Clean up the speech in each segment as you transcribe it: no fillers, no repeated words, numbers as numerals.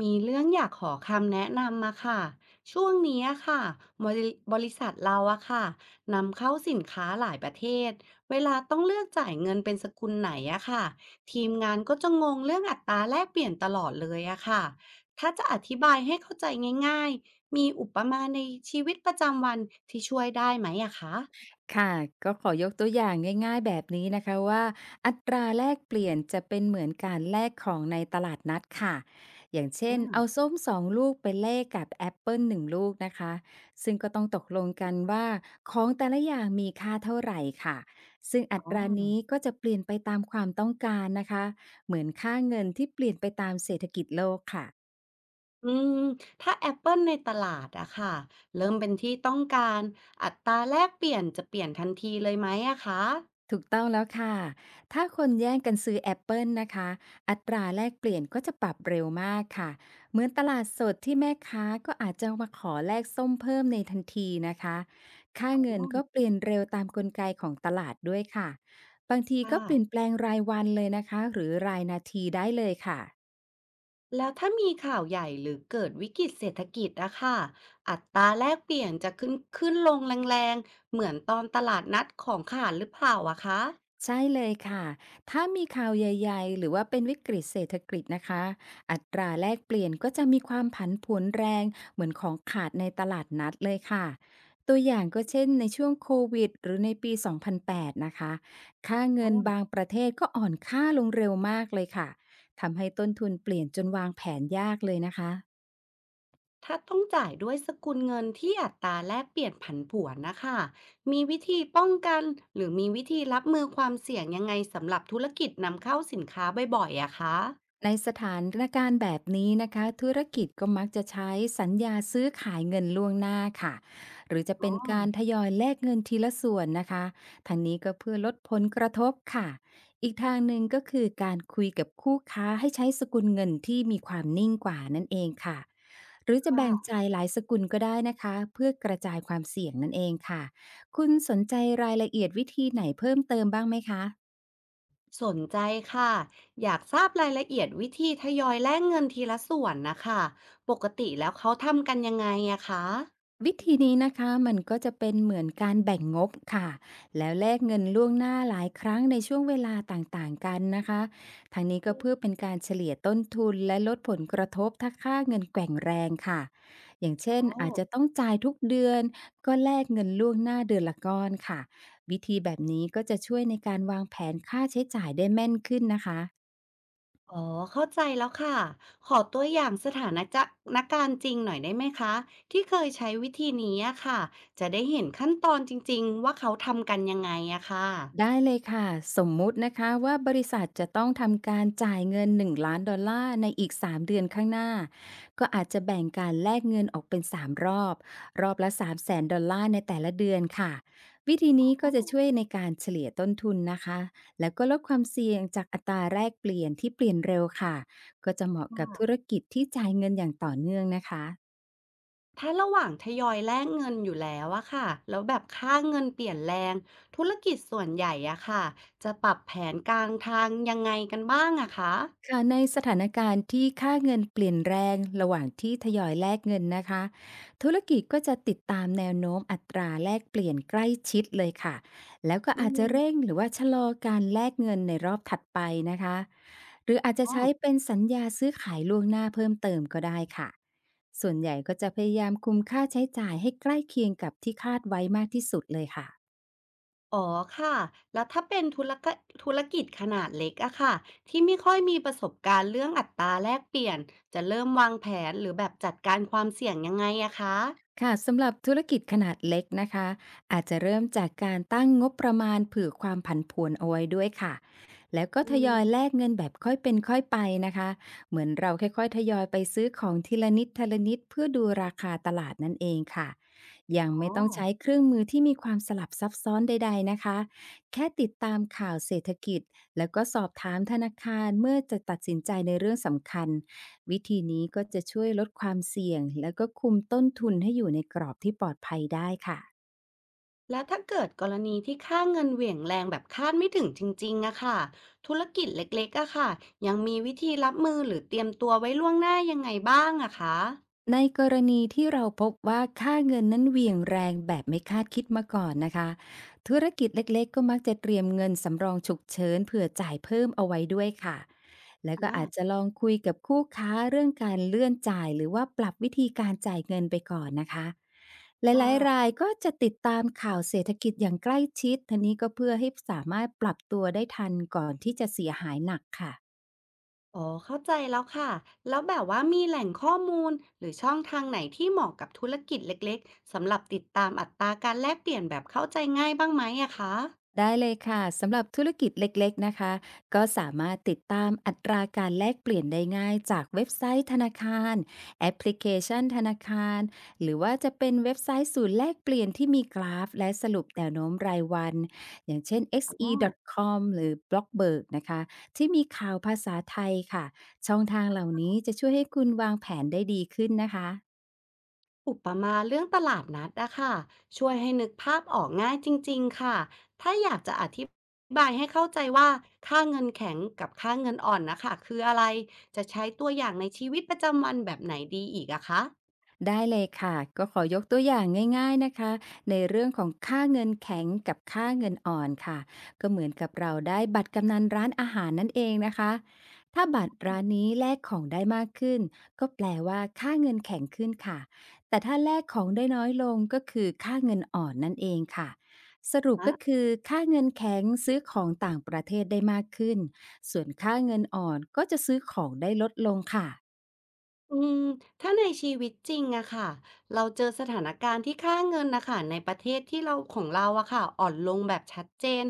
มีเรื่องอยากขอคำแนะนำมาค่ะช่วงนี้อะค่ะบริษัทเราอะค่ะนำเข้าสินค้าหลายประเทศเวลาต้องเลือกจ่ายเงินเป็นสกุลไหนอะค่ะทีมงานก็จะงงเรื่องอัตราแลกเปลี่ยนตลอดเลยอะค่ะถ้าจะอธิบายให้เข้าใจง่ายๆมีอุปมาในชีวิตประจำวันที่ช่วยได้ไหมอะคะค่ะก็ขอยกตัวอย่างง่ายๆแบบนี้นะคะว่าอัตราแลกเปลี่ยนจะเป็นเหมือนการแลกของในตลาดนัดค่ะอย่างเช่นเอาอ่าส้มสองลูกไปแลกกับแอปเปิล1ลูกนะคะซึ่งก็ต้องตกลงกันว่าของแต่ละอย่างมีค่าเท่าไหร่ค่ะซึ่งอัอ๋อ ตรานี้ก็จะเปลี่ยนไปตามความต้องการนะคะเหมือนค่าเงินที่เปลี่ยนไปตามเศรษฐกิจโลกค่ะ อืมถ้าแอปเปิลในตลาดอะค่ะเริ่มเป็นที่ต้องการอัตราแลกเปลี่ยนจะเปลี่ยนทันทีเลยไหมอะคะถูกต้องแล้วค่ะ ถ้าคนแย่งกันซื้อแอปเปิลนะคะ อัตราแลกเปลี่ยนก็จะปรับเร็วมากค่ะ เหมือนตลาดสดที่แม่ค้าก็อาจจะมาขอแลกส้มเพิ่มในทันทีนะคะ ค่าอ๋เงิอนก็เปลี่ยนเร็วตามกลไกของตลาดด้วยค่ะ บางทีก็เปลี่ยนค่ะแปลงรายวันเลยนะคะ หรือรายนาทีได้เลยค่ะ แล้วถ้ามีข่าวใหญ่หรือเกิดวิกฤตเศรษฐกิจอะค่ะอัตราแลกเปลี่ยนจะขึ้นลงแรงๆเหมือนตอนตลาดนัดของขาดหรือเปล่าอะคะ ใช่เลยค่ะ ถ้ามีข่าวใหญ่ๆ หรือว่าเป็นวิกฤตเศรษฐกิจนะคะอัตราแลกเปลี่ยนก็จะมีความผันผวนแรงเหมือนของขาดในตลาดนัดเลยค่ะ ตัวอย่างก็เช่นในช่วงโควิดหรือในปี2008นแปดนะคะ ค่าเงินบางประเทศก็อ่อนค่าลงเร็วมากเลยค่ะ ทำให้ต้นทุนเปลี่ยนจนวางแผนยากเลยนะคะ ถ้าต้องจ่ายด้วยสกุลเงินที่อัตราแลกเปลี่ยนผันผวนนะคะมีวิธีป้องกันหรือมีวิธีรับมือความเสี่ยงยังไงสำหรับธุรกิจนำเข้าสินค้าบ่อยๆอะคะในสถานการณ์แบบนี้นะคะธุรกิจก็มักจะใช้สัญญาซื้อขายเงินล่วงหน้าค่ะหรือจะอ๋เป็อนการทยอยแลกเงินทีละส่วนนะคะทางนี้ก็เพื่อลดผลกระทบค่ะอีกทางหนึ่งก็คือการคุยกับคู่ค้าให้ใช้สกุลเงินที่มีความนิ่งกว่านั่นเองค่ะหรือจะแบ่งค่ะใจายหลายสกุลก็ได้นะคะเพื่อกระจายความเสี่ยงนั่นเองค่ะคุณสนใจรายละเอียดวิธีไหนเพิ่มเติมบ้างไหมคะ สนใจค่ะ อยากทราบรายละเอียดวิธีทยอยแลกเงินทีละส่วนนะคะปกติแล้วเขาทำกันยังไงอะคะวิธีนี้นะคะมันก็จะเป็นเหมือนการแบ่งงบค่ะแล้วแลกเงินล่วงหน้าหลายครั้งในช่วงเวลาต่างๆกันนะคะทางนี้ก็เพื่อเป็นการเฉลี่ยต้นทุนและลดผลกระทบถ้าค่าเงินแกว่งแรงค่ะอย่างอ๋เช่อ นอาจจะต้องจ่ายทุกเดือนก็แลกเงินล่วงหน้าเดือนละก้อนค่ะวิธีแบบนี้ก็จะช่วยในการวางแผนค่าใช้จ่ายได้แม่นขึ้นนะคะ อ๋อเข้าใจแล้วค่ะขอตัวอย่างสถานจะนการณ์จริงหน่อยได้ไหมคะที่เคยใช้วิธีนี้อะค่ะจะได้เห็นขั้นตอนจริงๆว่าเขาทำกันยังไงอะค่ะได้เลยค่ะสมมุตินะคะว่าบริษัทจะต้องทำการจ่ายเงินหนึ่งล้านดอลลาร์ในอีกสามเดือนข้างหน้าก็อาจจะแบ่งการแลกเงินออกเป็นสามรอบรอบละ300,000ดอลลาร์ในแต่ละเดือนค่ะวิธีนี้ก็จะช่วยในการเฉลี่ยต้นทุนนะคะแล้วก็ลดความเสี่ยงจากอัตราแลกเปลี่ยนที่เปลี่ยนเร็วค่ะก็จะเหมาะกับธุรกิจที่จ่ายเงินอย่างต่อเนื่องนะคะ ถ้าระหว่างทยอยแลกเงินอยู่แล้วอะค่ะแล้วแบบค่าเงินเปลี่ยนแรงธุรกิจส่วนใหญ่อะค่ะจะปรับแผนกลางทางยังไงกันบ้างอะคะค่ะในสถานการณ์ที่ค่าเงินเปลี่ยนแรงระหว่างที่ทยอยแลกเงินนะคะธุรกิจก็จะติดตามแนวโน้มอัตราแลกเปลี่ยนใกล้ชิดเลยค่ะแล้วก็อือาจจะมเร่งหรือว่าชะลอการแลกเงินในรอบถัดไปนะคะหรืออาจจะอ๋อ ใช้เป็นสัญญาซื้อขายล่วงหน้าเพิ่มเติมก็ได้ค่ะส่วนใหญ่ก็จะพยายามคุมค่าใช้จ่ายให้ใกล้เคียงกับที่คาดไว้มากที่สุดเลยค่ะ อ๋อค่ะ แล้วถ้าเป็นธุรกิจขนาดเล็กอะค่ะที่ไม่ค่อยมีประสบการณ์เรื่องอัตราแลกเปลี่ยนจะเริ่มวางแผนหรือแบบจัดการความเสี่ยงยังไงอะคะค่ะสำหรับธุรกิจขนาดเล็กนะคะอาจจะเริ่มจากการตั้งงบประมาณเผื่อความผันผวนเอาไว้ด้วยค่ะแล้วก็อืทยอยแลมกเงินแบบค่อยเป็นค่อยไปนะคะเหมือนเราค่อยๆทยอยไปซื้อของทีละนิดทีละนิดเพื่อดูราคาตลาดนั่นเองค่ะยังอ๋อ ไม่ต้องใช้เครื่องมือที่มีความสลับซับซ้อนใดๆนะคะแค่ติดตามข่าวเศรษฐกิจแล้วก็สอบถามธนาคารเมื่อจะตัดสินใจในเรื่องสำคัญ วิธีนี้ก็จะช่วยลดความเสี่ยงแล้วก็คุมต้นทุนให้อยู่ในกรอบที่ปลอดภัยได้ค่ะ แล้วถ้าเกิดกรณีที่ค่าเงินเหวี่ยงแรงแบบคาดไม่ถึงจริงๆอะค่ะธุรกิจเล็กๆอะค่ะยังมีวิธีรับมือหรือเตรียมตัวไว้ล่วงหน้ายังไงบ้างอะคะในกรณีที่เราพบว่าค่าเงินนั้นเหวี่ยงแรงแบบไม่คาดคิดมาก่อนนะคะธุรกิจเล็กๆก็มักจะเตรียมเงินสำรองฉุกเฉินเผื่อจ่ายเพิ่มเอาไว้ด้วยค่ะแล้วก็อาจอาจะลองคุยกับคู่ค้าเรื่องการเลื่อนจ่ายหรือว่าปรับวิธีการจ่ายเงินไปก่อนนะคะหลายๆค่ะ รายก็จะติดตามข่าวเศรษฐกิจอย่างใกล้ชิดทันนี้ก็เพื่อให้สามารถปรับตัวได้ทันก่อนที่จะเสียหายหนักค่ะ อ๋อเข้าใจแล้วค่ะแล้วแบบว่ามีแหล่งข้อมูลหรือช่องทางไหนที่เหมาะกับธุรกิจเล็กๆสำหรับติดตามอัตราการแลกเปลี่ยนแบบเข้าใจง่ายบ้างไหมอะคะได้เลยค่ะสำหรับธุรกิจเล็กๆนะคะก็สามารถติดตามอัตราการแลกเปลี่ยนได้ง่ายจากเว็บไซต์ธนาคารแอปพลิเคชันธนาคารหรือว่าจะเป็นเว็บไซต์ศูนย์แลกเปลี่ยนที่มีกราฟและสรุปแนวโน้มรายวันอย่างเช่น อ๋อ xe.com หรือ Bloomberg นะคะที่มีข่าวภาษาไทยค่ะช่องทางเหล่านี้จะช่วยให้คุณวางแผนได้ดีขึ้นนะคะ อุปมาเรื่องตลาดนัดอะค่ะช่วยให้นึกภาพออกง่ายจริงๆค่ะถ้าอยากจะอธิบายให้เข้าใจว่าค่าเงินแข็งกับค่าเงินอ่อนนะคะคืออะไรจะใช้ตัวอย่างในชีวิตประจำวันแบบไหนดีอีกอะคะ ได้เลยค่ะก็ขอยกตัวอย่างง่ายๆนะคะในเรื่องของค่าเงินแข็งกับค่าเงินอ่อนค่ะก็เหมือนกับเราได้บัตรกำนันร้านอาหารนั่นเองนะคะถ้าบัตรร้านนี้แลกของได้มากขึ้นก็แปลว่าค่าเงินแข็งขึ้นค่ะแต่ถ้าแลกของได้น้อยลงก็คือค่าเงินอ่อนนั่นเองค่ะสรุปก็คือค่าเงินแข็งซื้อของต่างประเทศได้มากขึ้นส่วนค่าเงินอ่อนก็จะซื้อของได้ลดลงค่ะ อืมถ้าในชีวิตจริงอะค่ะเราเจอสถานการณ์ที่ค่าเงินนะค่ะในประเทศที่เราของเราอะค่ะอ่อนลงแบบชัดเจน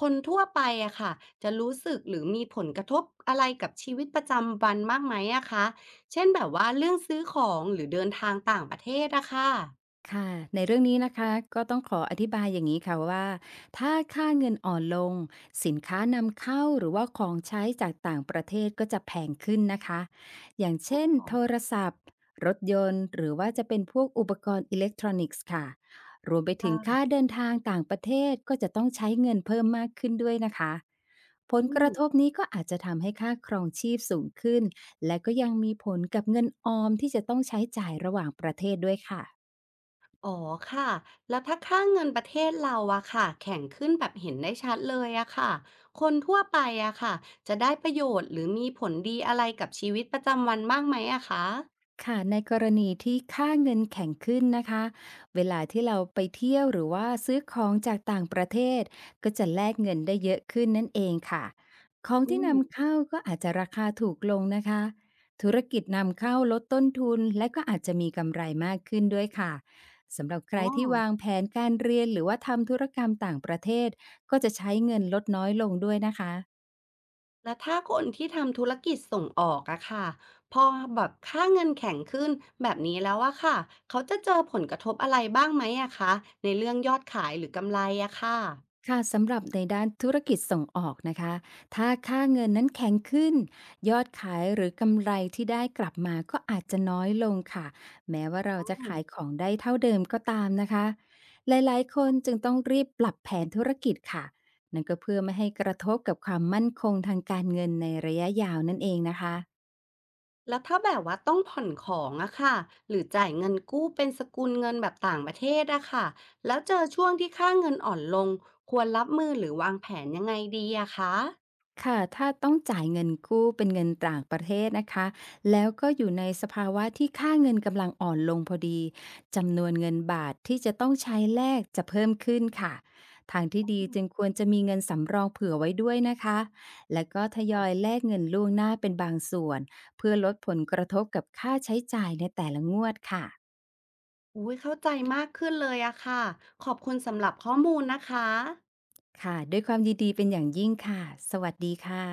คนทั่วไปอะค่ะจะรู้สึกหรือมีผลกระทบอะไรกับชีวิตประจำวันมากไหมอะคะเช่นแบบว่าเรื่องซื้อของหรือเดินทางต่างประเทศอะค่ะค่ะในเรื่องนี้นะคะก็ต้องขออธิบายอย่างนี้ค่ะว่าถ้าค่าเงินอ่อนลงสินค้านำเข้าหรือว่าของใช้จากต่างประเทศก็จะแพงขึ้นนะคะอย่างเช่นโทรศัพท์รถยนต์หรือว่าจะเป็นพวกอุปกรณ์อิเล็กทรอนิกส์ค่ะรวมไปถึงค่ะค่าเดินทางต่างประเทศก็จะต้องใช้เงินเพิ่มมากขึ้นด้วยนะคะผลอืกม ระทบนี้ก็อาจจะทำให้ค่าครองชีพสูงขึ้นและก็ยังมีผลกับเงินออมที่จะต้องใช้จ่ายระหว่างประเทศด้วยค่ะ อ๋อค่ะ แล้วถ้าค่าเงินประเทศเราอะค่ะแข่งขึ้นแบบเห็นได้ชัดเลยอะค่ะคนทั่วไปอะค่ะจะได้ประโยชน์หรือมีผลดีอะไรกับชีวิตประจำวันบ้างไหมอะคะค่ะในกรณีที่ค่าเงินแข็งขึ้นนะคะเวลาที่เราไปเที่ยวหรือว่าซื้อของจากต่างประเทศก็จะแลกเงินได้เยอะขึ้นนั่นเองค่ะของอืที่มนำเข้าก็อาจจะราคาถูกลงนะคะธุรกิจนำเข้าลดต้นทุนและก็อาจจะมีกำไรมากขึ้นด้วยค่ะสำหรับใครอ๋อที่วางแผนการเรียนหรือว่าทำธุรกรรมต่างประเทศก็จะใช้เงินลดน้อยลงด้วยนะคะ แล้วถ้าคนที่ทำธุรกิจส่งออกอะค่ะพอแบบค่าเงินแข็งขึ้นแบบนี้แล้วอะค่ะเขาจะเจอผลกระทบอะไรบ้างไหมอะคะในเรื่องยอดขายหรือกำไรอะค่ะ ค่ะสำหรับในด้านธุรกิจส่งออกนะคะถ้าค่าเงินนั้นแข็งขึ้นยอดขายหรือกำไรที่ได้กลับมาก็อาจจะน้อยลงค่ะแม้ว่าเราจะขายของได้เท่าเดิมก็ตามนะคะหลายๆคนจึงต้องรีบปรับแผนธุรกิจค่ะนั่นก็เพื่อไม่ให้กระทบกับความมั่นคงทางการเงินในระยะยาวนั่นเองนะคะ แล้วถ้าแบบว่าต้องผ่อนของอะค่ะหรือจ่ายเงินกู้เป็นสกุลเงินแบบต่างประเทศอะค่ะแล้วเจอช่วงที่ค่าเงินอ่อนลงควรรับมือหรือวางแผนยังไงดีอะคะค่ะถ้าต้องจ่ายเงินกู้เป็นเงินต่างประเทศนะคะแล้วก็อยู่ในสภาวะที่ค่าเงินกำลังอ่อนลงพอดีจำนวนเงินบาทที่จะต้องใช้แลกจะเพิ่มขึ้นค่ะทางที่ดีจึงควรจะมีเงินสำรองเผื่อไว้ด้วยนะคะและก็ทยอยแลกเงินล่วงหน้าเป็นบางส่วนเพื่อลดผลกระทบกับค่าใช้จ่ายในแต่ละงวดค่ะอุ้ยเข้าใจมากขึ้นเลยอะค่ะขอบคุณสำหรับข้อมูลนะคะค่ะด้วยความยินดีเป็นอย่างยิ่งค่ะสวัสดีค่ะ